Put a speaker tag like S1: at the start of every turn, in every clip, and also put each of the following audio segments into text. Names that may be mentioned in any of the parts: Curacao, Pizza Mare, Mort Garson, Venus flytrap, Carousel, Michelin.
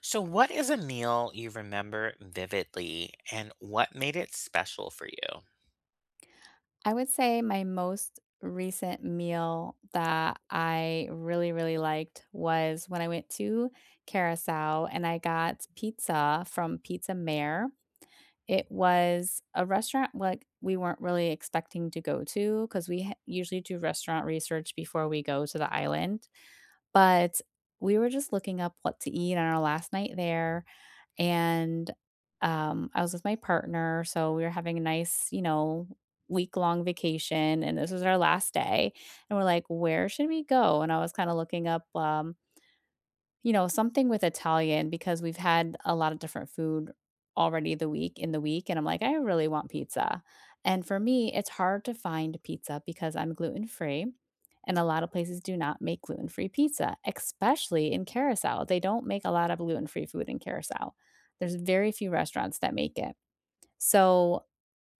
S1: So, what is a meal you remember vividly, and what made it special for you?
S2: I would say my most recent meal that I really, really liked was when I went to Curacao and I got pizza from Pizza Mare. It was a restaurant like we weren't really expecting to go to because usually do restaurant research before we go to the island. But we were just looking up what to eat on our last night there and I was with my partner, so we were having a nice, you know, week long vacation, and this was our last day, and we're like, "Where should we go?" And I was kind of looking up, you know, something with Italian because we've had a lot of different food already the week, and I'm like, "I really want pizza." And for me, it's hard to find pizza because I'm gluten-free, and a lot of places do not make gluten-free pizza, especially in Curacao. They don't make a lot of gluten-free food in Curacao. There's very few restaurants that make it. So,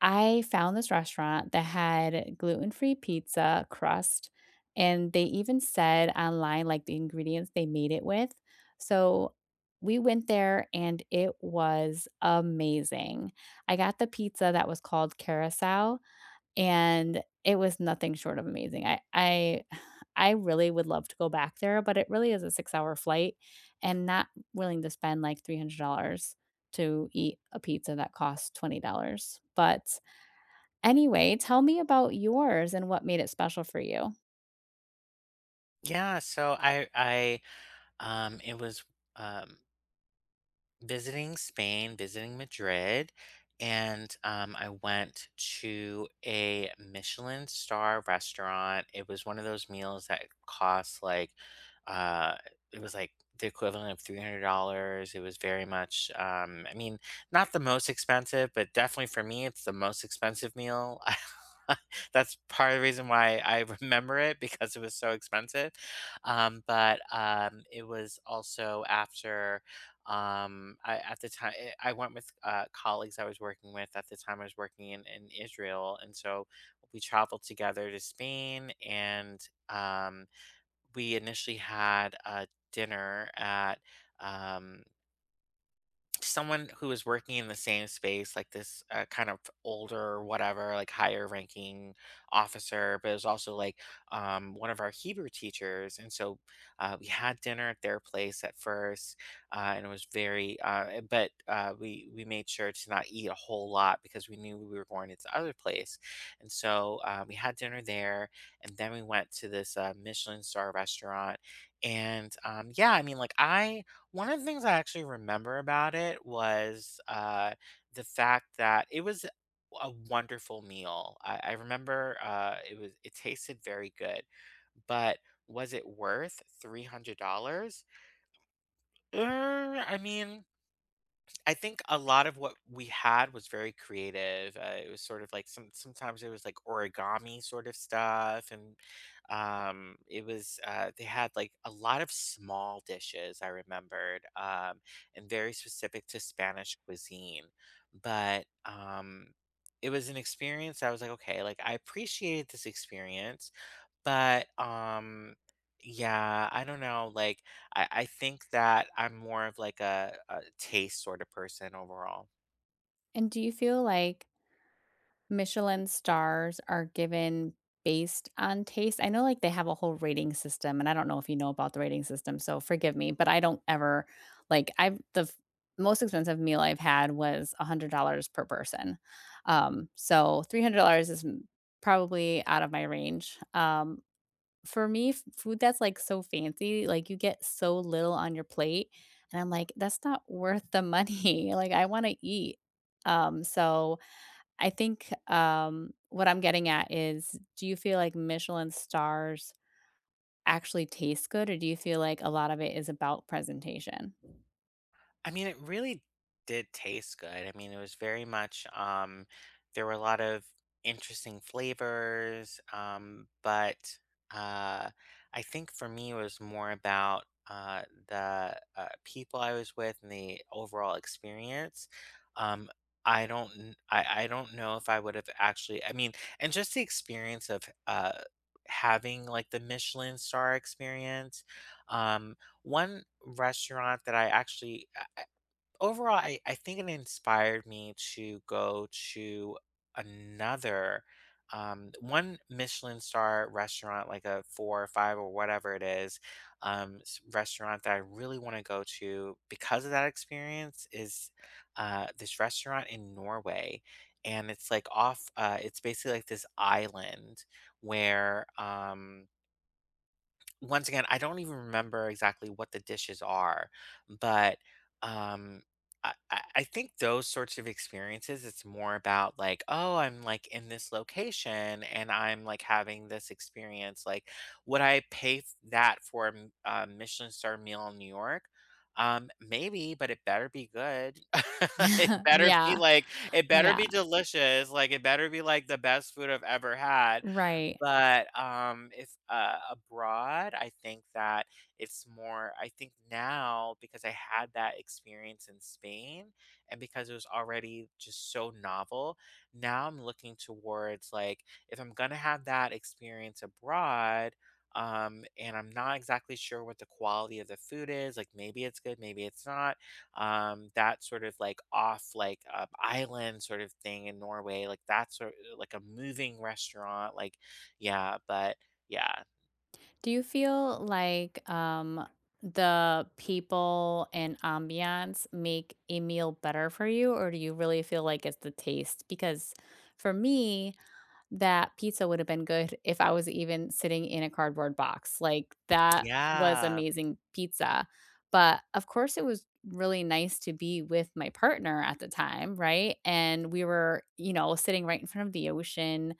S2: I found this restaurant that had gluten-free pizza crust, and they even said online, like, the ingredients they made it with. So, we went there and it was amazing. I got the pizza that was called Carousel, and it was nothing short of amazing. I really would love to go back there, but it really is a six-hour flight, and not willing to spend, like, $300 to eat a pizza that costs $20, but anyway, tell me about yours and what made it special for you.
S1: Yeah, so I, it was, um visiting Spain, visiting Madrid, and, I went to a Michelin star restaurant. It was one of those meals that cost, like, uh it was, like, the equivalent of $300. It was very much, I mean, not the most expensive, but definitely for me, it's the most expensive meal. That's part of the reason why I remember it, because it was so expensive, but it was also after, I, at the time, I went with colleagues I was working with at the time. I was working in Israel, and so we traveled together to Spain, and, um, we initially had a dinner at, um, someone who was working in the same space, like this, kind of older, whatever, like higher ranking officer, but it was also like, one of our Hebrew teachers. And so we had dinner at their place at first, and it was very, but we made sure to not eat a whole lot because we knew we were going to this other place. And so we had dinner there, and then we went to this Michelin star restaurant. And, yeah, I mean, one of the things I actually remember about it was, the fact that it was a wonderful meal. I remember, it tasted very good, but was it worth $300? Er, I mean, I think a lot of what we had was very creative. It was sort of like sometimes it was like origami sort of stuff, and, it was they had like a lot of small dishes. I remembered, and very specific to Spanish cuisine, but it was an experience. I was like, okay, like I appreciated this experience, but, yeah, I don't know, like, I think that I'm more of, like, a taste sort of person overall.
S2: And do you feel like Michelin stars are given based on taste? I know like they have a whole rating system and I don't know if you know about the rating system, so forgive me, but I don't ever like most expensive meal I've had was $100 per person. So $300 is probably out of my range. For me, f food that's, like, so fancy, like, you get so little on your plate, and I'm like, "That's not worth the money." Like, I wanna eat. So I think what I'm getting at is, do you feel like Michelin stars actually taste good, or do you feel like a lot of it is about presentation?
S1: I mean, it really did taste good. I mean, it was very much, there were a lot of interesting flavors, but uh, I think for me, it was more about the people I was with and the overall experience. Um, I don't know if I would have actually. I mean, and just the experience of having like the Michelin star experience. Um, one restaurant that I actually I Overall, I think it inspired me to go to another, one Michelin star restaurant, like a 4 or 5 or whatever it is, s restaurant that I really wanna go to because of that experience is, this restaurant in Norway, and it's, like, off, it's basically like this island where, once again, I don't even remember exactly what the dishes are, but, um I think those sorts of experiences, it's more about like, oh, I'm like in this location and I'm like having this experience. Like, would I pay f- that for a Michelin star meal in New York? Maybe, but it better be good. It better be
S2: Yeah,
S1: like, it better
S2: yeah,
S1: be delicious. Like, it better be like the best food I've ever had,
S2: right.
S1: but, if abroad, I think that it's more, I think now, because I had that experience in Spain, and because it was already just so novel, now I'm looking towards, like, if I'm gonna have that experience abroad, and I'm not exactly sure what the quality of the food is, like, maybe it's good, maybe it's not, that sort of, like, off, like, island sort of thing in Norway, like, that sort like, a moving restaurant, like, yeah, but yeah.
S2: Do you feel like the people and ambiance make a meal better for you, or do you really feel like it's the taste? Because for me, that pizza would have been good if I was even sitting in a cardboard box. Like that was
S1: Yeah.
S2: amazing pizza. But of course, it was really nice to be with my partner at the time, right? And we were, you know, sitting right in front of the ocean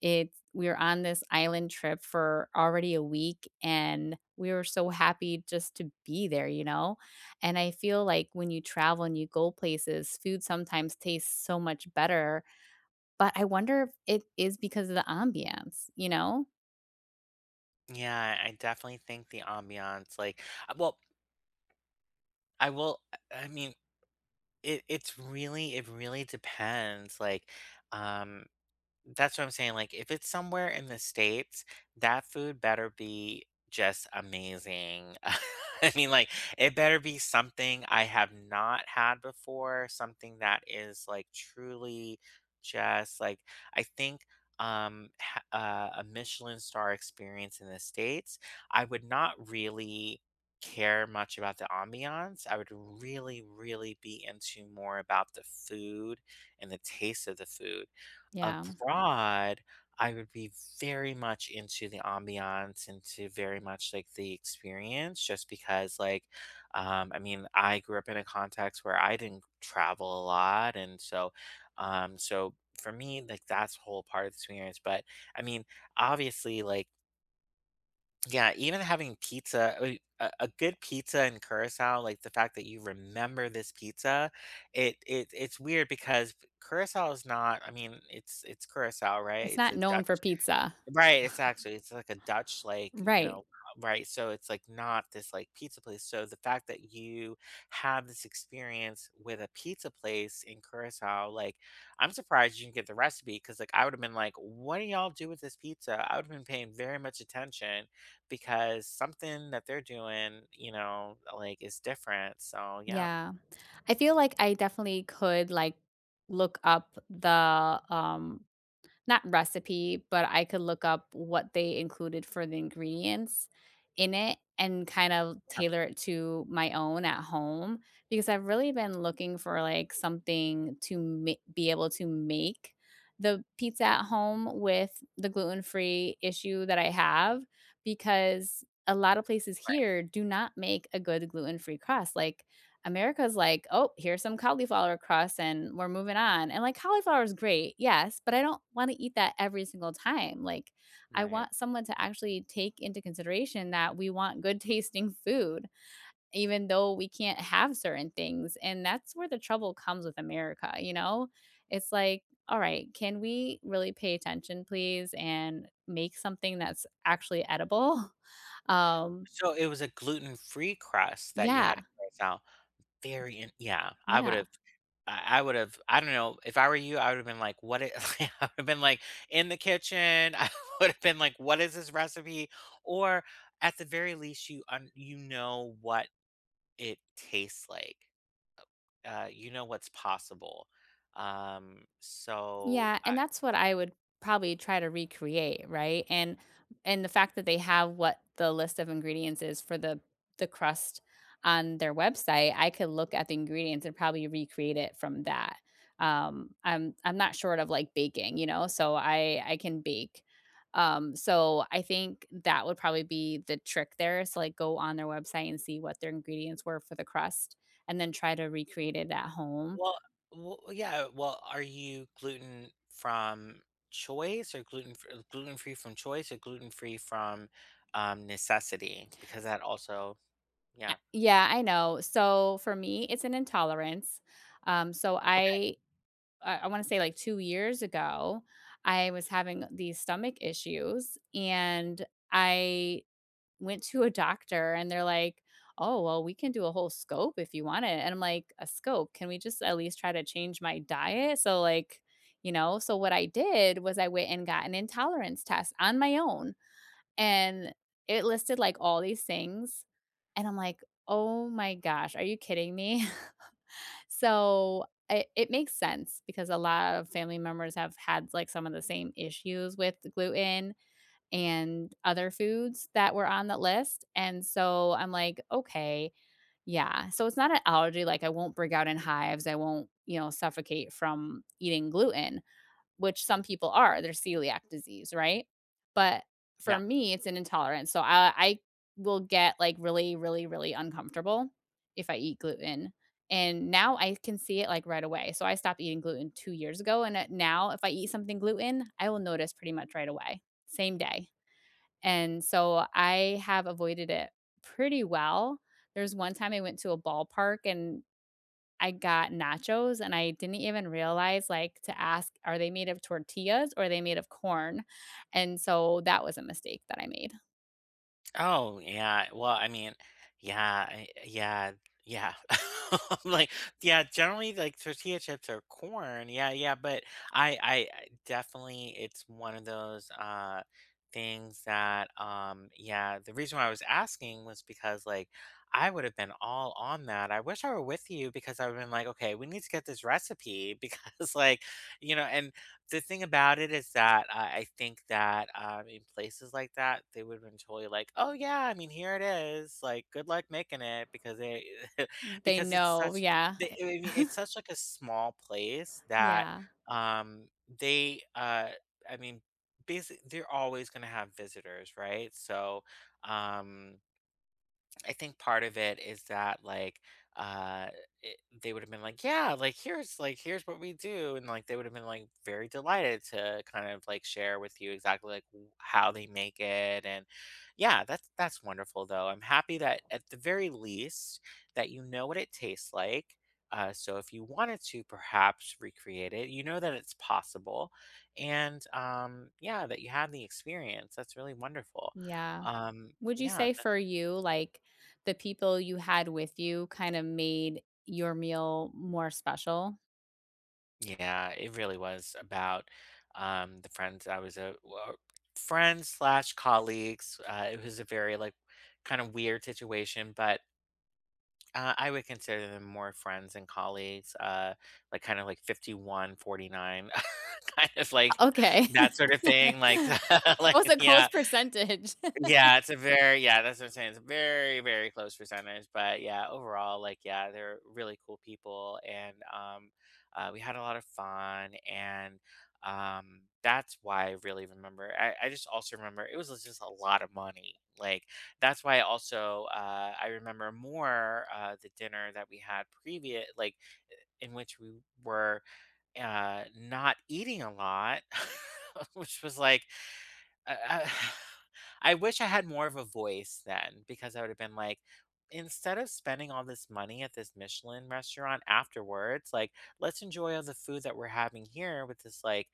S2: it's we were on this island trip for already a week, and we were so happy just to be there, you know? And I feel like when you travel and you go places, food sometimes tastes so much better, but I wonder if it is because of the ambiance, you know?
S1: Yeah, I definitely think the ambiance, like, well, I will I mean, it really depends, like, um that's what I'm saying, like, if it's somewhere in the States, that food better be just amazing. I mean, like, it better be something I have not had before, something that is, like, truly just, like, I think, ha a Michelin star experience in the States, I would not really care much about the ambiance, I would really, really be into more about the food and the taste of the food.
S2: Yeah.
S1: Abroad, I would be very much into the ambiance, into very much like the experience, just because, like, I mean, I grew up in a context where I didn't travel a lot, and so, so for me, like, that's a whole part of the experience. But I mean, obviously, like, yeah, even having pizza, I a good pizza in Curacao, like the fact that you remember this pizza, it's weird because Curacao is not, I mean, it's Curacao, right?
S2: It's
S1: It's
S2: not
S1: a
S2: known for
S1: Dutch.
S2: pizza.
S1: Right, it's actually it's like a Dutch, like, you
S2: Right.
S1: know, right. So it's like not this like pizza place. So the fact that you have this experience with a pizza place in Curacao, like, I'm surprised you didn't get the recipe, because, like, I would have been like, what do y'all do with this pizza? I would have been paying very much attention because something that they're doing, you know, like, is different. So yeah.
S2: Yeah. I feel like I definitely could like look up the not recipe, but I could look up what they included for the ingredients in it and kind of
S1: Yeah.
S2: tailor it to my own at home because I've really been looking for like something to be able to make the pizza at home with the gluten-free issue that I have because a lot of places here do not make a good gluten-free crust. Like America's like, "Oh, here's some cauliflower crust and we're moving on." And, like, cauliflower is great, yes, but I don't wanna eat that every single time, like, I
S1: Right. Right.
S2: want someone to actually take into consideration that we want good tasting food even though we can't have certain things, and that's where the trouble comes with America, you know? It's like, "All right, can we really pay attention, please, and make something that's actually edible?" Um
S1: So it was a gluten free crust that you had in
S2: Yeah,
S1: Curacao. Very, yeah.
S2: yeah.
S1: I would've, I don't know, if I were you, I would've been like, "What i—" I would've been, like, in the kitchen, I would've been like, "What is this recipe?" Or at the very least, you know what it tastes like. You know what's possible. So
S2: Yeah,
S1: I
S2: and that's what I would probably try to recreate, right? And the fact that they have what the list of ingredients is for the crust on their website, I could look at the ingredients and probably recreate it from that. Um, I'm not short of like baking, you know, so I can bake. So I think that would probably be the trick there is to like go on their website and see what their ingredients were for the crust and then try to recreate it at home.
S1: well, yeah, well, are you gluten from choice or gluten-free from choice or gluten-free from, necessity? Because that also,
S2: A
S1: yeah.
S2: yeah, I know. So, for me, it's an intolerance. Um, so
S1: Okay,
S2: I I I wanna say, like, 2 years ago, I was having these stomach issues, and I went to a doctor, and they're like, "Oh, well, we can do a whole scope if you want it," and I'm like, "A scope? Can we just at least try to change my diet?" So, like, you know so what I did was I went and got an intolerance test on my own. And it listed, like, all these things, and I'm like, "Oh my gosh, are you kidding me?" So, it makes sense because a lot of family members have had, like, some of the same issues with gluten and other foods that were on the list, and so I'm like, "Okay, yeah." So it's not an allergy, like, I won't break out in hives, I won't, you know, suffocate from eating gluten, which some people are, they're celiac disease, right? But for
S1: yeah.
S2: me, it's an intolerance. So I will get like really, really, really uncomfortable if I eat gluten. And now I can see it like right away. So I stopped eating gluten 2 years ago. And now if I eat something gluten, I will notice pretty much right away, same day. And so I have avoided it pretty well. There's one time I went to a ballpark and I got nachos and I didn't even realize like to ask, are they made of tortillas or are they made of corn? And so that was a mistake that I made.
S1: Oh, yeah. Well, I mean, yeah, yeah. I'm like, yeah, generally like tortilla chips are corn. Yeah, yeah, but, I definitely, it's one of those things that, yeah, the reason why I was asking was because, like, I would have been all on that. I wish I were with you because I would have been like, okay, we need to get this recipe because, like, you know, and the thing about it is that I think that, in places like that, they would've been totally like, "Oh, yeah, I mean, here it is, like, good luck making it," because they
S2: They
S1: because it's
S2: know,
S1: such,
S2: yeah.
S1: they I mean, it's such, like, a small place that,
S2: Yeah.
S1: um, they, uh I mean, basically they're always gonna have visitors, right? So, um I think part of it is that, uh it, they would have been like, yeah, like, here's like, here's what we do, and like they would have been like very delighted to kind of like share with you exactly like how they make it, and yeah, that's wonderful, though I'm happy that at the very least, that you know what it tastes like, so if you wanted to perhaps recreate it, you know that it's possible, and, yeah, that you had the experience, that's really wonderful.
S2: Yeah.
S1: um
S2: Would you
S1: yeah
S2: say for you, like the people you had with you kind of made your meal more special?
S1: Yeah, it really was about, the friends I was, a well, friends slash colleagues. It was a very, like, kind of weird situation, but, I would consider them more friends and colleagues. Like, kind of like 51/49, kind of like
S2: Okay.
S1: that sort of thing. Like, like,
S2: That was a
S1: yeah.
S2: close percentage.
S1: Yeah, it's a very, that's what I'm saying. It's a very, very close percentage, but yeah, overall, like, yeah, they're really cool people, and, we had a lot of fun, and, that's why I really remember. I just also remember it was just a lot of money, like, that's why also, I remember more, the dinner that we had previous, like, in which we were, not eating a lot, which was like, I I wish I had more of a voice then, because I would have been like, "Instead of spending all this money at this Michelin restaurant afterwards, like, let's enjoy all the food that we're having here with this, like,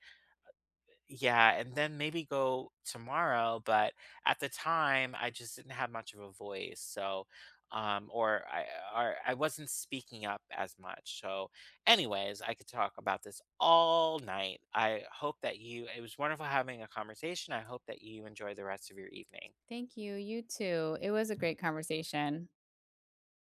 S1: yeah, and then maybe go tomorrow," but at the time, I just didn't have much of a voice. So, um, or I or I wasn't speaking up as much. So, anyways, I could talk about this all night. I hope that you, it was wonderful having a conversation. I hope that you enjoy the rest of your evening.
S2: Thank you. You too. It was a great conversation.